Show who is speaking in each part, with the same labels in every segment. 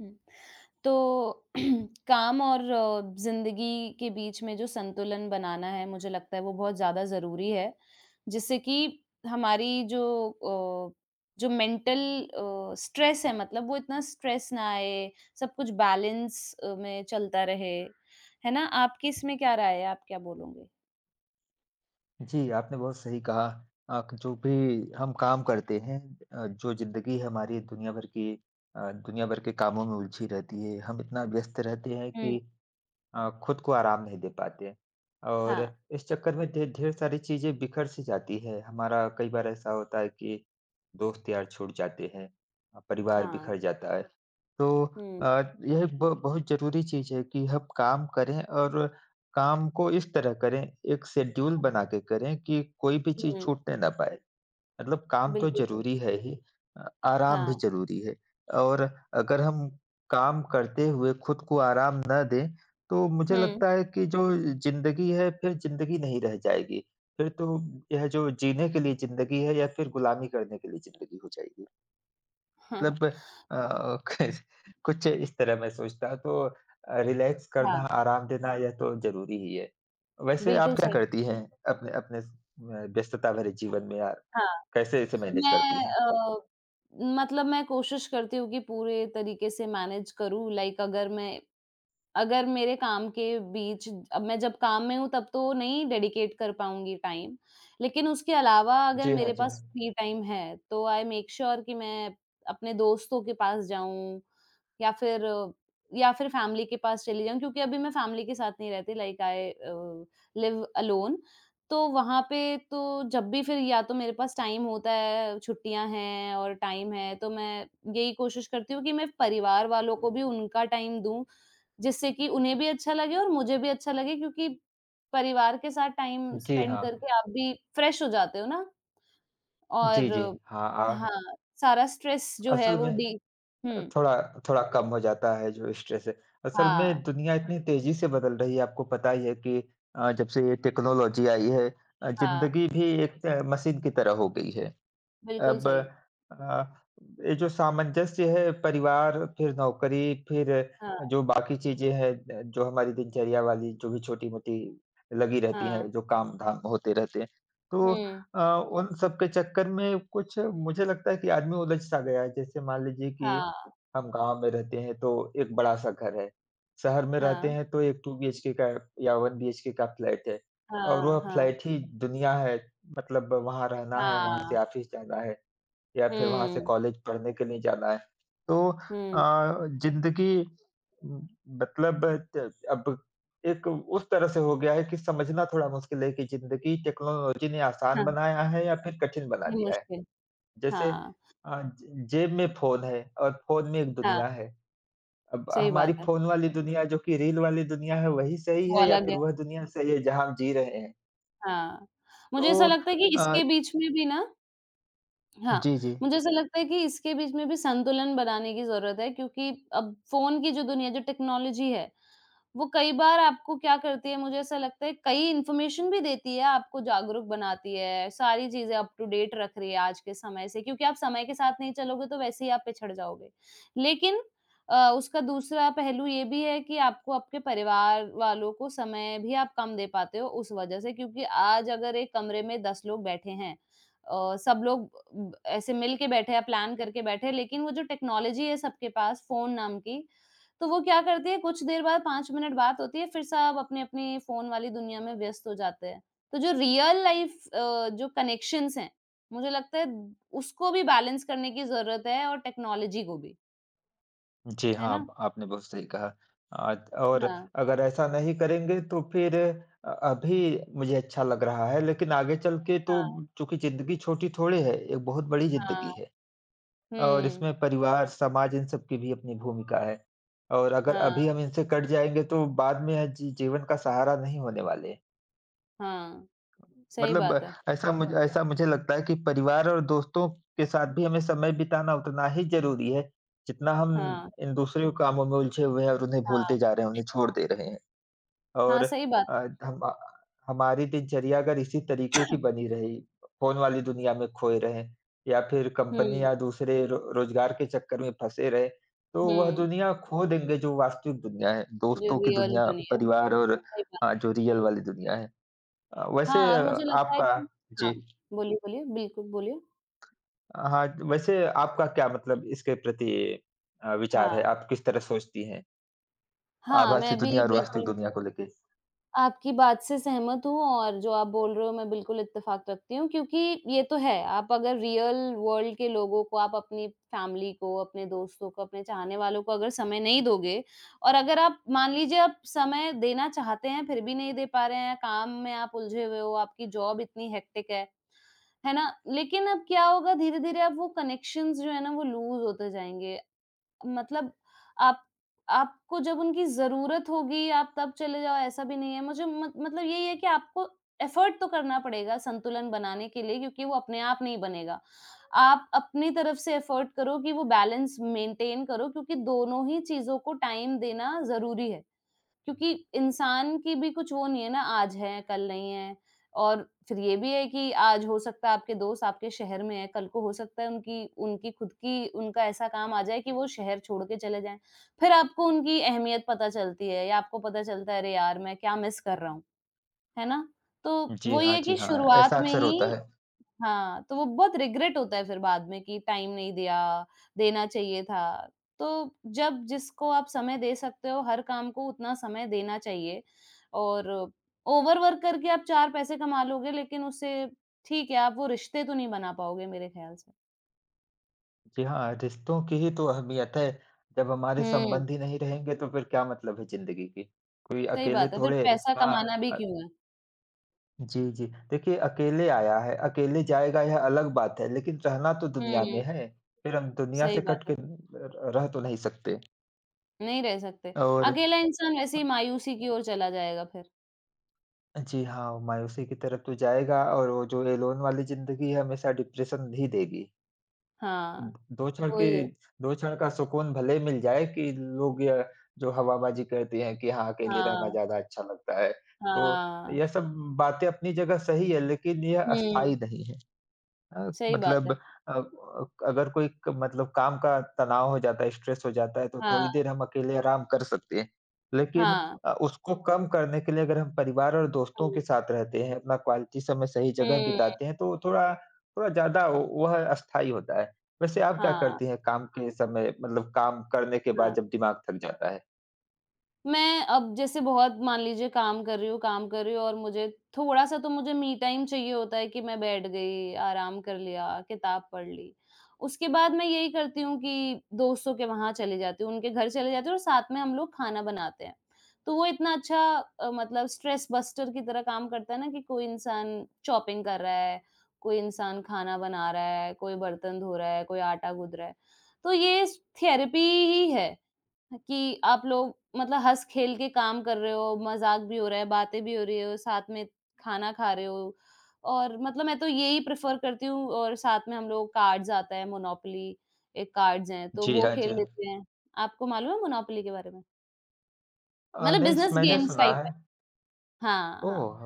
Speaker 1: हुँ। तो काम और ज़िंदगी के बीच में जो संतुलन बनाना है, मुझे लगता है वो बहुत ज़्यादा ज़रूरी है, जिससे कि हमारी जो मेंटल स्ट्रेस है मतलब वो इतना स्ट्रेस ना आए, सब कुछ बैलेंस में चलता रहे, है ना? आपकी इसमें क्या राय है? आप क्या बोलोगे?
Speaker 2: जी, आपने बहुत सही कहा। क जो भी हम काम करते हैं जो ज़िंदगी हमारी दुनिया भर की दुनिया भर के कामों में उलझी रहती है। हम इतना व्यस्त रहते हैं कि
Speaker 1: हुँ,
Speaker 2: खुद को आराम नहीं दे पाते और
Speaker 1: हाँ,
Speaker 2: इस चक्कर में ढे ढेर सारी चीज़ें बिखर सी जाती है। हमारा कई बार ऐसा होता है कि दोस्त यार छूट जाते हैं, परिवार
Speaker 1: हाँ,
Speaker 2: बिखर जाता है। तो
Speaker 1: हुँ,
Speaker 2: अ, यह एक ब बहुत ज़रूरी चीज़ है कि हम काम करें और काम को इस तरह करें, एक शेड्यूल बना के करें कि कोई भी चीज़
Speaker 1: हुँ,
Speaker 2: छूटने ना पाए। मतलब काम तो
Speaker 1: बिल्कुल सही।
Speaker 2: ज़रूरी है ही, अ, आराम भी
Speaker 1: हाँ,
Speaker 2: ज़रूरी है और अगर हम काम करते हुए खुद को आराम ना दें, तो मुझे
Speaker 1: हुँ,
Speaker 2: लगता है कि जो ज़िंदगी है फिर ज़िंदगी नहीं रह जाएगी। फिर तो यह जो जीने के लिए ज़िंदगी है या फिर गुलामी करने के लिए ज़िंदगी हो जाएगी।
Speaker 1: हाँ,
Speaker 2: मतलब अ, कुछ इस तरह मैं सोचता हूँ तो रिलैक्स करना,
Speaker 1: हाँ,
Speaker 2: आराम देना यह तो ज़रूरी ही है। वैसे आप
Speaker 1: बिल्कुल
Speaker 2: क्या
Speaker 1: सही।
Speaker 2: करती हैं अपने अपने व्यस्तता भरे जीवन में या
Speaker 1: हाँ।
Speaker 2: कैसे इसे मैनेज करती
Speaker 1: मैं
Speaker 2: हैं?
Speaker 1: अ, मतलब मैं कोशिश करती हूँ कि पूरे तरीके से मैनेज करूँ, लाइक अगर मेरे काम के बीच, अब मैं जब काम में हूँ तब तो नहीं डेडिकेट कर पाऊँगी टाइम, लेकिन उसके अलावा अगर
Speaker 2: जी हाँ,
Speaker 1: मेरे
Speaker 2: जी
Speaker 1: पास
Speaker 2: हाँ।
Speaker 1: फ्री टाइम है, तो आई मेक श्योर कि मैं अपने दोस्तों के पास जाऊँ या फिर अ, या फिर फैमिली के पास चली जाऊँ, क्योंकि अभी मैं फैमिली के साथ नहीं रहती, लाइक आई लिव अलोन। तो वहाँ पे तो जब भी फिर या तो मेरे पास टाइम होता है, छुट्टियाँ हैं और टाइम है, तो मैं यही कोशिश करती हूँ कि मैं परिवार वालों को भी उनका टाइम दूँ, जिससे कि उन्हें भी अच्छा लगे और मुझे भी अच्छा लगे, क्योंकि परिवार के साथ टाइम
Speaker 2: जी
Speaker 1: स्पेंड
Speaker 2: हाँ।
Speaker 1: करके आप भी फ्रेश हो जाते हो ना।
Speaker 2: जी,
Speaker 1: और
Speaker 2: जी। हाँ,
Speaker 1: हाँ, सारा स्ट्रेस जो है
Speaker 2: असल
Speaker 1: वो
Speaker 2: में
Speaker 1: डी हुँ,
Speaker 2: थोड़ा थोड़ा कम हो जाता है जो स्ट्रेस है। असल में
Speaker 1: हाँ,
Speaker 2: दुनिया इतनी तेज़ी से बदल रही है, आपको पता ही है कि जब से ये टेक्नोलॉजी आई है,
Speaker 1: हाँ।
Speaker 2: ज़िंदगी भी एक मशीन की तरह हो गई है।
Speaker 1: बिल्कुल
Speaker 2: अब
Speaker 1: सही।
Speaker 2: ये जो सामंजस्य है, परिवार, फिर नौकरी, फिर
Speaker 1: हाँ,
Speaker 2: जो बाकी चीज़ें हैं, जो हमारी दिनचर्या वाली जो भी छोटी-मोटी लगी रहती हैं,
Speaker 1: हाँ।
Speaker 2: जो काम-धाम होते रहते हैं। तो
Speaker 1: हुँ।
Speaker 2: अ, उन सब के चक्कर में कुछ मुझे लगता है कि आदमी उलझ-सा गया है। जैसे मान लीजिए कि
Speaker 1: हाँ,
Speaker 2: हम गाँव में रहते हैं तो एक बड़ा-सा घर है, शहर में रहते
Speaker 1: हाँ,
Speaker 2: हैं तो एक 2 बीएचके का या 1 बीएचके का फ्लैट है और वह
Speaker 1: हाँ, हाँ,
Speaker 2: फ्लैट ही दुनिया है। मतलब वहाँ रहना है, वहाँ
Speaker 1: हाँ।
Speaker 2: से ऑफ़िस जाना है या फिर वहाँ से
Speaker 1: हुँ,
Speaker 2: कॉलेज पढ़ने के लिए जाना है। तो
Speaker 1: हुँ।
Speaker 2: ज़िंदगी उम, मतलब त अब एक उस तरह से हो गया है कि समझना थोड़ा मुश्किल है कि ज़िंदगी टेक्नोलॉज़ी ने आसान
Speaker 1: हाँ,
Speaker 2: बनाया है या फिर कठिन बना
Speaker 1: ये
Speaker 2: दिया है।
Speaker 1: मुश्किल।
Speaker 2: जैसे
Speaker 1: हाँ,
Speaker 2: ज जेब में फ़ोन है और फ़ोन में एक
Speaker 1: हाँ,
Speaker 2: दुनिया है। अब
Speaker 1: सही
Speaker 2: हमारी
Speaker 1: बात है।
Speaker 2: फ़ोन वाली दुनिया जो कि रील वाली दुनिया है, वही सही
Speaker 1: वो
Speaker 2: है या
Speaker 1: अलग
Speaker 2: फिर
Speaker 1: है,
Speaker 2: वह दुनिया सही है जहाँ हम जी रहे हैं?
Speaker 1: हाँ।
Speaker 2: तो
Speaker 1: मुझे ऐसा लगता है कि
Speaker 2: अ,
Speaker 1: इसके बीच में भी ना, हाँ,
Speaker 2: जी, जी।
Speaker 1: मुझे ऐसा लगता है कि इसके बीच में भी संतुलन बनाने की ज़रूरत है, क्योंकि अब फ़ोन की जो दुनिया, जो टेक्नोलॉजी है, वो कई बार आपको क्या करती है, मुझे ऐसा लगता है कई इन्फॉर्मेशन भी देती है, आपको जागरूक बनाती है, सारी चीज़ें अप टू डेट रख रही है आज के समय से, क्योंकि आप समय के साथ नहीं चलोगे तो वैसे ही आप पिछड़ जाओगे। लेकिन उसका दूसरा पहलू ये भी है कि आपको, आपके परिवार वालों को समय भी आप कम दे पाते हो उस वजह से, क्योंकि आज अगर एक कमरे में 10 लोग बैठे हैं, सब लोग ब ऐसे मिल के बैठे हैं, प्लान करके बैठे हैं, लेकिन वो जो टेक्नोलॉजी है सबके पास फ़ोन नाम की, तो वो क्या करती है, कुछ देर बाद 5 मिनट बात होती है, फिर सब अपनी-अपनी फ़ोन वाली दुनिया में व्यस्त हो जाते हैं। तो जो रियल लाइफ़ जो कनेक्शंस हैं, मुझे लगता है उसको भी बैलेंस करने की ज़रूरत है और टेक्नोलॉजी को भी,
Speaker 2: जी
Speaker 1: है
Speaker 2: हाँ,
Speaker 1: ना?
Speaker 2: आपने बहुत सही कहा। और
Speaker 1: हाँ,
Speaker 2: अगर ऐसा नहीं करेंगे तो फिर अभी मुझे अच्छा लग रहा है लेकिन आगे चल के तो,
Speaker 1: हाँ,
Speaker 2: चूँकि ज़िंदगी छोटी थोड़ी है, एक बहुत बड़ी ज़िंदगी
Speaker 1: हाँ।
Speaker 2: है और
Speaker 1: हुँ,
Speaker 2: इसमें परिवार, समाज, इन सब की भी अपनी भूमिका है। और अगर
Speaker 1: हाँ,
Speaker 2: अभी हम इनसे कट जाएँगे तो बाद में जीवन का सहारा नहीं होने वाले।
Speaker 1: हाँ। सही
Speaker 2: मतलब
Speaker 1: बात है।
Speaker 2: ऐसा मुझ हाँ। ऐसा मुझे लगता है कि परिवार और दोस्तों के साथ भी हमें समय बिताना उतना ही ज़रूरी है, जितना हम
Speaker 1: हाँ,
Speaker 2: इन दूसरे कामों में उलझे हुए हैं और उन्हें
Speaker 1: हाँ,
Speaker 2: भूलते जा रहे हैं, उन्हें छोड़ दे रहे हैं। और
Speaker 1: हाँ, सही बात है।
Speaker 2: हम हमारी दिनचर्या अगर इसी तरीके की बनी रही, फ़ोन वाली दुनिया में खोए रहें या फिर
Speaker 1: हुँ,
Speaker 2: कंपनी या दूसरे रो रोज़गार के चक्कर में फँसे रहे, तो वह
Speaker 1: हुँ।
Speaker 2: दुनिया खो देंगे जो वास्तविक दुनिया है,
Speaker 1: जो
Speaker 2: दोस्तों की
Speaker 1: रियल
Speaker 2: दुनिया,
Speaker 1: दुनिया,
Speaker 2: परिवार और
Speaker 1: सही बात।
Speaker 2: हाँ, जो रियल वाली दुनिया है। अ, वैसे
Speaker 1: हाँ और मुझे लगता है
Speaker 2: आपका
Speaker 1: कि,
Speaker 2: जी।
Speaker 1: हाँ, बोलिए, बोलिए। बिल्कुल, बोलिए।
Speaker 2: हाँ, वैसे आपका क्या मतलब इसके प्रति विचार है?
Speaker 1: हाँ,
Speaker 2: आप किस तरह सोचती हैं,
Speaker 1: हाँ,
Speaker 2: आभासी
Speaker 1: मैं
Speaker 2: दुनिया
Speaker 1: भी
Speaker 2: और वास्तविक
Speaker 1: बिल्कुल
Speaker 2: दुनिया को लेके?
Speaker 1: आपकी बात से सहमत हूँ और जो आप बोल रहे हो मैं बिल्कुल इत्तेफ़ाक रखती हूँ, क्योंकि ये तो है, आप अगर रियल वर्ल्ड के लोगों को, आप अपनी फैमिली को, अपने दोस्तों को, अपने चाहने वालों को अगर समय नहीं दोगे, और अगर आप मान लीजिए आप समय देना चाहते हैं, फिर भी नहीं दे पा रहे हैं, काम में आप उलझे हुए हो, आपकी जॉब इतनी हेक्टिक है ना? लेकिन अब क्या होगा, धीरे-धीरे अब वो कनेक्शंस जो है ना वो लूज़ होते जाएँगे। मतलब आप, आपको जब उनकी ज़रूरत होगी, आप तब चले जाओ, ऐसा भी नहीं है। मुझे मत मतलब यही है कि आपको एफ़र्ट तो करना पड़ेगा संतुलन बनाने के लिए, क्योंकि वो अपने आप नहीं बनेगा। आप अपनी तरफ से एफ़र्ट करो कि वो बैलेंस मेंटेन करो, क्योंकि दोनों ही चीज़ों को टाइम देना ज़रूरी है। क्योंकि इंसान की भी कुछ वो नहीं है ना, आज है कल नहीं है। और फिर ये भी है कि आज हो सकता है आपके दोस्त आपके शहर में है, कल को हो सकता है उनकी उनकी खुद की, उनका ऐसा काम आ जाए कि वो शहर छोड़ के चले जाएं, फिर आपको उनकी अहमियत पता चलती है, या आपको पता चलता है अरे यार मैं क्या मिस कर रहा हूँ, है ना? तो
Speaker 2: जी
Speaker 1: वो ये
Speaker 2: हाँ,
Speaker 1: है
Speaker 2: जी
Speaker 1: कि
Speaker 2: हाँ, ऐसा
Speaker 1: शुरुआत में
Speaker 2: अक्सर होता
Speaker 1: ही,
Speaker 2: है।
Speaker 1: हाँ, तो वो बहुत रिग्रेट होता है फिर बाद में कि टाइम नहीं दिया, देना चाहिए था। तो जब जिसको आप समय दे सकते हो, हर काम को उतना समय देना चाहिए। और ओवरवर्क करके आप 4 पैसे कमा लोगे, लेकिन उससे, ठीक है, आप वो रिश्ते तो नहीं बना पाओगे मेरे ख्याल से।
Speaker 2: जी हाँ, रिश्तों की ही तो अहमियत है। जब हमारे
Speaker 1: हुँ,
Speaker 2: संबंध ही नहीं रहेंगे तो फिर क्या मतलब है ज़िंदगी की? कोई
Speaker 1: सही
Speaker 2: अकेले
Speaker 1: बात है, फिर
Speaker 2: थोड़े
Speaker 1: पैसा
Speaker 2: हाँ
Speaker 1: कमाना भी
Speaker 2: अ,
Speaker 1: क्यों है?
Speaker 2: जी, जी। देखिए अकेले आया है, अकेले जाएगा, यह अलग बात है, लेकिन रहना तो दुनिया में
Speaker 1: हुँ,
Speaker 2: है। फिर हम दुनिया
Speaker 1: सही
Speaker 2: से
Speaker 1: बात
Speaker 2: कट
Speaker 1: है,
Speaker 2: के र रह तो नहीं सकते
Speaker 1: नहीं रह सकते।
Speaker 2: और
Speaker 1: अकेला इंसान वैसे ही मायूसी की ओर चला जाएगा फिर।
Speaker 2: जी हाँ, मायूसी की तरफ तो जाएगा और वो जो ये लोन वाली ज़िंदगी है, हमेशा डिप्रेशन ही देगी। द
Speaker 1: हाँ,
Speaker 2: दो क्षण की
Speaker 1: वही है।
Speaker 2: दो क्षण का सुकून भले मिल जाए कि लोग य जो हवाबाज़ी करते हैं कि हाँ, अकेले रहना
Speaker 1: हाँ,
Speaker 2: ज़्यादा अच्छा लगता है। तो
Speaker 1: हाँ।
Speaker 2: यह सब बातें अपनी जगह सही है, लेकिन यह अस्थायी
Speaker 1: हुँ।
Speaker 2: नहीं है।
Speaker 1: सही बात
Speaker 2: मतलब
Speaker 1: है।
Speaker 2: अ, अगर कोई क मतलब काम का तनाव हो जाता है, स्ट्रेस हो जाता है, तो थोड़ी
Speaker 1: हाँ,
Speaker 2: देर हम अकेले आराम कर सकते हैं। लेकिन
Speaker 1: हाँ।
Speaker 2: उसको कम करने के लिए अगर हम परिवार और दोस्तों के
Speaker 1: हुँ,
Speaker 2: साथ रहते हैं, अपना क्वालिटी समय सही जगह
Speaker 1: हुँ,
Speaker 2: बिताते हैं, तो वो थोड़ा थोड़ा ज़्यादा वो वह अस्थायी होता है। वैसे आप क्या
Speaker 1: हाँ,
Speaker 2: करती हैं काम के समय, मतलब काम करने के बाद
Speaker 1: हाँ।
Speaker 2: जब दिमाग थक जाता है?
Speaker 1: मैं अब जैसे बहुत मान लीजिए काम कर रही हूँ, काम कर रही हूँ और मुझे थोड़ा-सा तो मुझे मी टाइम चाहिए होता है कि मैं बैठ गई, आराम कर लिया, किताब पढ़ ली। उसके बाद मैं यही करती हूँ कि दोस्तों के वहाँ चली जाती हूँ, उनके घर चले जाती हूँ और साथ में हम लोग खाना बनाते हैं। तो वो इतना अच्छा मतलब स्ट्रेस बस्टर की तरह काम करता है ना, कि कोई इंसान चॉपिंग कर रहा है, कोई इंसान खाना बना रहा है, कोई बर्तन धो रहा है, कोई आटा गूँथ रहा है। तो ये स थेरेपी ही है कि आप लोग मतलब हँस-खेल के काम कर रहे हो, मज़ाक भी हो रहा है, बातें भी हो रही हो, साथ में खाना खा रहे हो, और मतलब मैं तो यही प्रेफ़र करती हूँ, और साथ में हम लोग कार्ड्स आता है, मोनोपोली एक कार्ड्स हैं, तो
Speaker 2: जी,
Speaker 1: वो
Speaker 2: हाँ जी।
Speaker 1: खेल लेते हैं। आपको मालूम है मोनोपोली के बारे में? मतलब
Speaker 2: नहीं, स
Speaker 1: बिज़नेस
Speaker 2: मैंने
Speaker 1: गेम्स
Speaker 2: सुना
Speaker 1: टाइप
Speaker 2: है।
Speaker 1: है। हाँ, हाँ।
Speaker 2: ओह!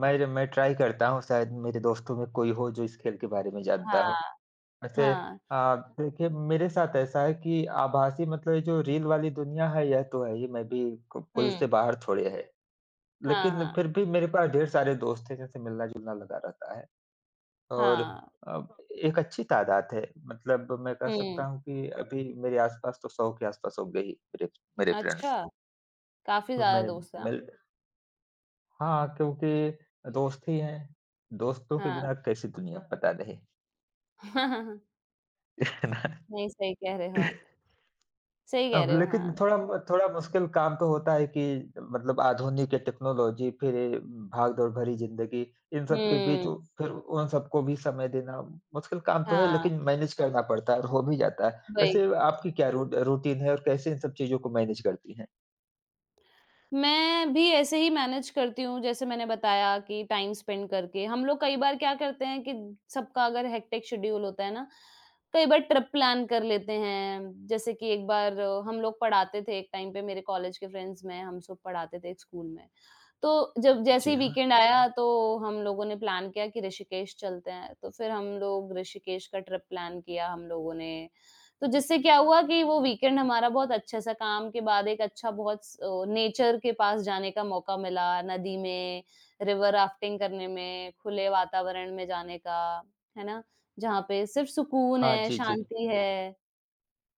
Speaker 2: मैं ट्राई करता हूँ, शायद मेरे दोस्तों में कोई हो जो इस खेल के बारे में जानता हो।
Speaker 1: हाँ,
Speaker 2: वैसे
Speaker 1: हाँ।
Speaker 2: देखिए मेरे साथ ऐसा है कि आभासी मतलब ये जो रील वाली दुनिया है, यह तो है ही, मैं भी को कोई उससे
Speaker 1: हुँ।
Speaker 2: बाहर थोड़े है।
Speaker 1: हाँ,
Speaker 2: लेकिन
Speaker 1: हाँ।
Speaker 2: फिर भी मेरे पास ढेर सारे दोस्त हैं जिनसे मिलना-जुलना लगा रहता है और
Speaker 1: हाँ।
Speaker 2: अ, एक अच्छी तादाद है। मतलब मैं कह सकता
Speaker 1: हुँ।
Speaker 2: हूँ कि अभी मेरे आस-पास तो 100 के आस-पास होंगे ही मेरे मेरे फ्रेंड्स।
Speaker 1: अच्छा, काफ़ी
Speaker 2: तो मैं
Speaker 1: ज़्यादा दोस्त हैं आप।
Speaker 2: मिल हाँ, क्योंकि दोस्त ही हैं, दोस्तों के
Speaker 1: हाँ।
Speaker 2: बिना कैसी दुनिया, पता नहीं, है ना?
Speaker 1: नहीं, सही कह रहे हो आप। सही कह
Speaker 2: अब
Speaker 1: रहे हो,
Speaker 2: लेकिन
Speaker 1: हाँ।
Speaker 2: थोड़ा थोड़ा मुश्किल काम तो होता है कि मतलब आधुनिक ये टेक्नोलॉज़ी, फिर ये भाग-दौड़ भरी ज़िंदगी, इन सब के बीच उ
Speaker 1: हुँ।
Speaker 2: फिर उन सबको भी समय देना मुश्किल काम तो है,
Speaker 1: हाँ।
Speaker 2: लेकिन मैनेज करना पड़ता है और हो भी जाता है।
Speaker 1: वही।
Speaker 2: वैसे आपकी क्या रू रूटीन है और कैसे इन सब चीज़ों को मैनेज करती हैं?
Speaker 1: मैं भी ऐसे ही मैनेज करती हूँ, जैसे मैंने बताया कि टाइम स्पेंड करके। हम लोग कई बार क्या करते हैं कि सबका अगर हेक्टिक शेड्यूल होता है ना, कई बार ट्रिप प्लान कर लेते हैं। जैसे कि एक बार हम लोग पढ़ाते थे, एक टाइम पे मेरे कॉलेज के फ्रेंड्स में, हम सब पढ़ाते थे एक स्कूल में। तो जब जैसे
Speaker 2: जी
Speaker 1: ही
Speaker 2: हाँ।
Speaker 1: वीकेंड आया, तो हम लोगों ने प्लान किया कि ऋषिकेश चलते हैं। तो फिर हम लोग ऋषिकेश का ट्रिप प्लान किया हम लोगों ने। तो जिससे क्या हुआ कि वो वीकेंड हमारा बहुत अच्छे से, काम के बाद एक अच्छा, बहुत नेचर के पास जाने का मौका मिला, नदी में, रिवर राफ्टिंग करने में, खुले वातावरण में जाने का, है ना? जहाँ पे सिर्फ़ सुकून
Speaker 2: हाँ,
Speaker 1: है,
Speaker 2: जी, जी।
Speaker 1: शांति है,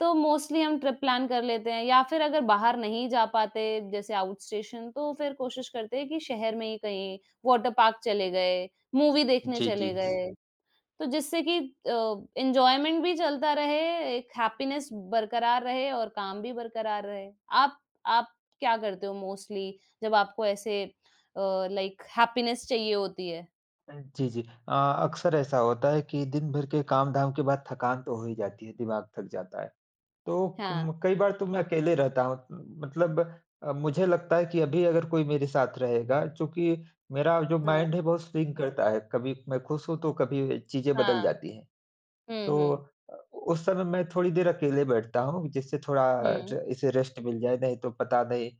Speaker 1: तो मोस्टली हम ट्रिप प्लान कर लेते हैं, या फिर अगर बाहर नहीं जा पाते जैसे आउट स्टेशन, तो फिर कोशिश करते हैं कि शहर में ही कहीं, वाटर पार्क चले गए, मूवी देखने
Speaker 2: जी, जी।
Speaker 1: चले गए। तो जिससे कि एन्जॉयमेंट भी चलता रहे, एक हैप्पीनेस बरकरार रहे और काम भी बरकरार रहे। आप आप क्या करते हो मोस्टली जब आपको ऐसे लाइक हैप्पीनेस चाहिए होती है?
Speaker 2: जी, जी। अक्सर ऐसा होता है कि दिन भर के काम-धाम के बाद थकान तो हो ही जाती है, दिमाग थक जाता है। तो
Speaker 1: हाँ,
Speaker 2: कम कई बार तो मैं अकेले रहता हूँ। मतलब मुझे लगता है कि अभी अगर कोई मेरे साथ रहेगा, चूँकि मेरा जो
Speaker 1: हाँ,
Speaker 2: माइंड है बहुत स्विंग करता है, कभी मैं खुश हूँ तो कभी चीज़ें
Speaker 1: हाँ।
Speaker 2: बदल जाती हैं।
Speaker 1: हुँ,
Speaker 2: तो
Speaker 1: हुँ,
Speaker 2: अ, उस समय मैं थोड़ी देर अकेले बैठता हूँ जिससे थोड़ा
Speaker 1: हुँ।
Speaker 2: र इसे रेस्ट मिल जाए, नहीं तो पता नहीं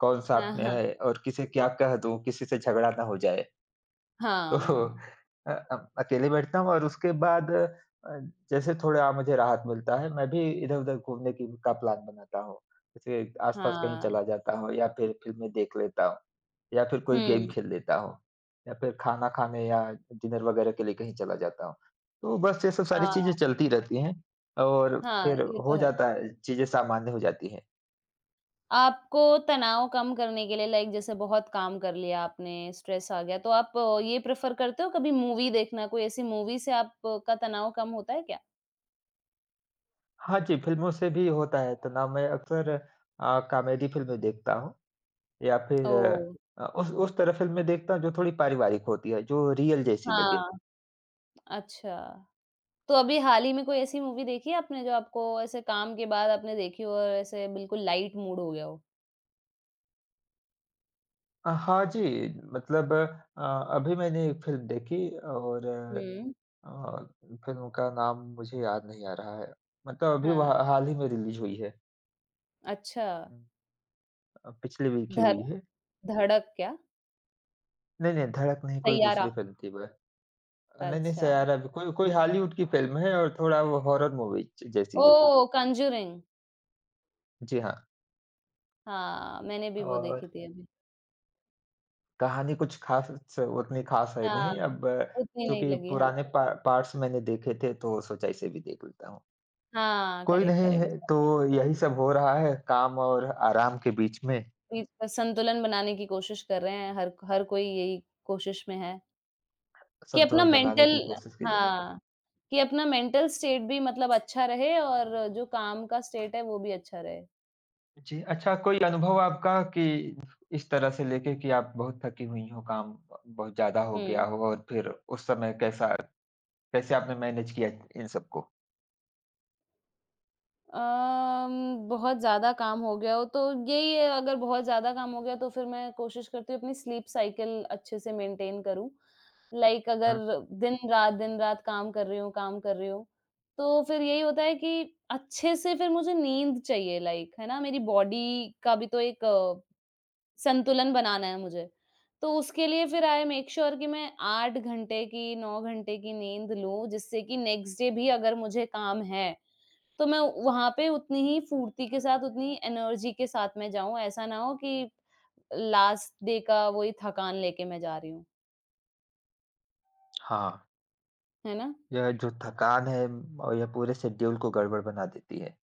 Speaker 2: कौन
Speaker 1: हाँ,
Speaker 2: साथ में
Speaker 1: हाँ।
Speaker 2: है और किसे क्या कह दूँ, किसी से झगड़ा ना हो जाए। तो
Speaker 1: हाँ,
Speaker 2: अकेले बैठता हूँ और उसके बाद जैसे थोड़ा मुझे राहत मिलता है, मैं भी इधर-उधर घूमने की का प्लान बनाता हूँ। जैसे आस-पास कहीं
Speaker 1: हाँ।
Speaker 2: चला जाता हूँ या फिर फ़िल्में देख लेता हूँ या फिर कोई गेम
Speaker 1: हुँ,
Speaker 2: खेल लेता हूँ या फिर खाना खाने या डिनर वगैरह के लिए कहीं चला जाता हूँ। तो बस ये सब
Speaker 1: अ,
Speaker 2: सारी चीज़ें चलती रहती हैं और
Speaker 1: हाँ,
Speaker 2: फिर
Speaker 1: ये
Speaker 2: हो
Speaker 1: तो है।
Speaker 2: जाता है, चीज़ें सामान्य हो जाती हैं।
Speaker 1: आपको तनाव कम करने के लिए, लाइक जैसे बहुत काम कर लिया आपने, स्ट्रेस आ गया, तो आप ये प्रेफ़र करते हो कभी मूवी देखना? कोई ऐसी मूवी से आपका तनाव कम होता है क्या?
Speaker 2: हाँ जी, फ़िल्मों से भी होता है तनाव। मैं अक्सर कॉमेडी फ़िल्में देखता हूँ। या फिर
Speaker 1: ओह!
Speaker 2: उस तरह फ़िल्में देखता हूँ जो थोड़ी पारिवारिक होती है, जो रियल जैसी लगे।
Speaker 1: हाँ, अच्छा। तो अभी हाल ही में कोई ऐसी मूवी देखी है आपने, जो आपको ऐसे काम के बाद आपने देखी हो और ऐसे बिल्कुल लाइट मूड हो गया हो?
Speaker 2: हाँ जी, मतलब अभी मैंने एक फ़िल्म देखी और
Speaker 1: हुँ,
Speaker 2: फ़िल्म का नाम मुझे याद नहीं आ रहा है। मतलब अभी वो
Speaker 1: हाँ,
Speaker 2: हा हाल ही में रिलीज़ हुई है।
Speaker 1: अच्छा।
Speaker 2: पिछले वीक ही
Speaker 1: ध
Speaker 2: हुई है।
Speaker 1: धड़क क्या?
Speaker 2: नहीं, नहीं, धड़क नहीं, कोई दूसरी
Speaker 1: सैयारा?
Speaker 2: फ़िल्म थी वह। नहीं, नहीं,
Speaker 1: अच्छा।
Speaker 2: सैयारा भी कोई कोई हॉलीवुड की फ़िल्म है और थोड़ा वो हॉरर मूवी ज जैसी है।
Speaker 1: ओह! कॉन्जरिंग।
Speaker 2: जी हाँ,
Speaker 1: हाँ, मैंने भी वो
Speaker 2: और
Speaker 1: देखी थी अभी।
Speaker 2: कहानी कुछ ख़ास स उतनी ख़ास है
Speaker 1: हाँ,
Speaker 2: नहीं। अब
Speaker 1: उतनी नहीं
Speaker 2: चूँकि
Speaker 1: लगी, हाँ।
Speaker 2: पुराने पा पार्ट्स मैंने देखे थे तो सोचा इसे भी देख लेता हूँ।
Speaker 1: हाँ,
Speaker 2: कोई
Speaker 1: करेक्ट,
Speaker 2: नहीं
Speaker 1: करेक्ट।
Speaker 2: है
Speaker 1: उसका
Speaker 2: तो यही सब हो रहा है, काम और आराम के बीच में
Speaker 1: बीच का संतुलन बनाने की कोशिश कर रहे हैं, हर हर कोई यही कोशिश में है, कि अपना
Speaker 2: संतुलन बनाने
Speaker 1: मेंटल,
Speaker 2: की कोशिश की जाए।
Speaker 1: हाँ, कि अपना मेंटल स्टेट भी मतलब अच्छा रहे और जो काम का स्टेट है वो भी अच्छा रहे।
Speaker 2: जी, अच्छा कोई अनुभव आपका कि इस तरह से लेके कि आप बहुत थकी हुई हों, काम ब बहुत ज़्यादा हो गया
Speaker 1: हुँ।
Speaker 2: हो और फिर उस समय कैसा कैसे आपने मैनेज किया इन सबको?
Speaker 1: अम, बहुत ज़्यादा काम हो गया हो तो, यही है अगर बहुत ज़्यादा काम हो गया तो फिर मैं कोशिश करती हूँ अपनी स्लीप साइकिल अच्छे से मेंटेन करूँ। लाइक अगर
Speaker 2: हुँ।
Speaker 1: दिन-रात, दिन-रात काम कर रही हूँ, काम कर रही हूँ, तो फिर यही होता है कि अच्छे से फिर मुझे नींद चाहिए, लाइक, है ना? मेरी बॉडी का भी तो एक संतुलन बनाना है मुझे। तो उसके लिए फिर आई मेक श्योर कि मैं 8 घंटे की, 9 घंटे की नींद लूँ, जिससे कि नेक्स्ट डे भी अगर मुझे काम है, तो मैं वहाँ पे उतनी ही फुर्ती के साथ, उतनी ही एनर्जी के साथ मैं जाऊँ, ऐसा ना हो कि लास्ट डे का वही थकान लेके मैं जा रही हूँ,
Speaker 2: हाँ,
Speaker 1: है ना?
Speaker 2: यह जो थकान है और यह पूरे शेड्यूल को गड़बड़ बना देती है।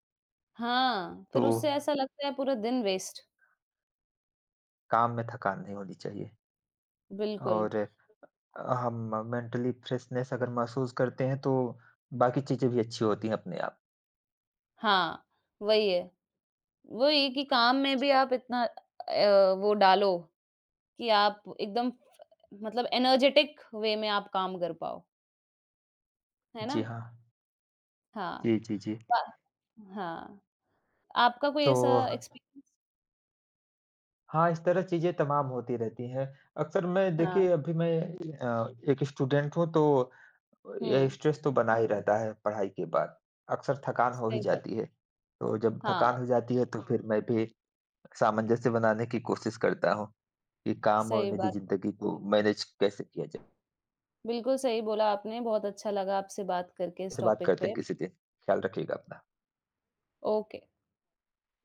Speaker 1: हाँ,
Speaker 2: तो
Speaker 1: फिर उससे ऐसा लगता है पूरा दिन वेस्ट,
Speaker 2: काम में थकान नहीं होनी चाहिए
Speaker 1: बिल्कुल।
Speaker 2: और हम मेंटली फ्रेशनेस अगर महसूस करते हैं तो बाकी चीज़ें भी अच्छी होती हैं अपने आप।
Speaker 1: हाँ, वही है। वही कि काम में भी आप इतना वो डालो कि आप एकदम, मतलब एनर्जेटिक वे में आप काम कर पाओ, है
Speaker 2: जी
Speaker 1: ना?
Speaker 2: हाँ।
Speaker 1: हाँ,
Speaker 2: जी, जी, जी।
Speaker 1: प हाँ, आपका कोई
Speaker 2: तो
Speaker 1: ऐसा एक्सपीरियंस,
Speaker 2: हाँ, इस तरह चीज़ें तमाम होती रहती हैं। अक्सर मैं
Speaker 1: हाँ,
Speaker 2: देखिए, अभी मैं एक स्टूडेंट हूँ तो ये
Speaker 1: हुँ,
Speaker 2: स्ट्रेस तो बना ही रहता है पढ़ाई के बाद। अक्सर थकान हो ही
Speaker 1: सही बात।
Speaker 2: जाती है। तो जब
Speaker 1: हाँ।
Speaker 2: थकान हो जाती है तो फिर मैं भी सामंजस्य बनाने की कोशिश करता हूँ कि काम और
Speaker 1: सही
Speaker 2: निजी
Speaker 1: बात।
Speaker 2: ज़िंदगी को मैनेज कैसे किया जाए।
Speaker 1: बिल्कुल सही बोला आपने, बहुत अच्छा लगा आपसे बात करके इस
Speaker 2: से बात
Speaker 1: टॉपिक
Speaker 2: करते हैं
Speaker 1: पे।
Speaker 2: किसी दिन। ख्याल रखिएगा अपना।
Speaker 1: ओके।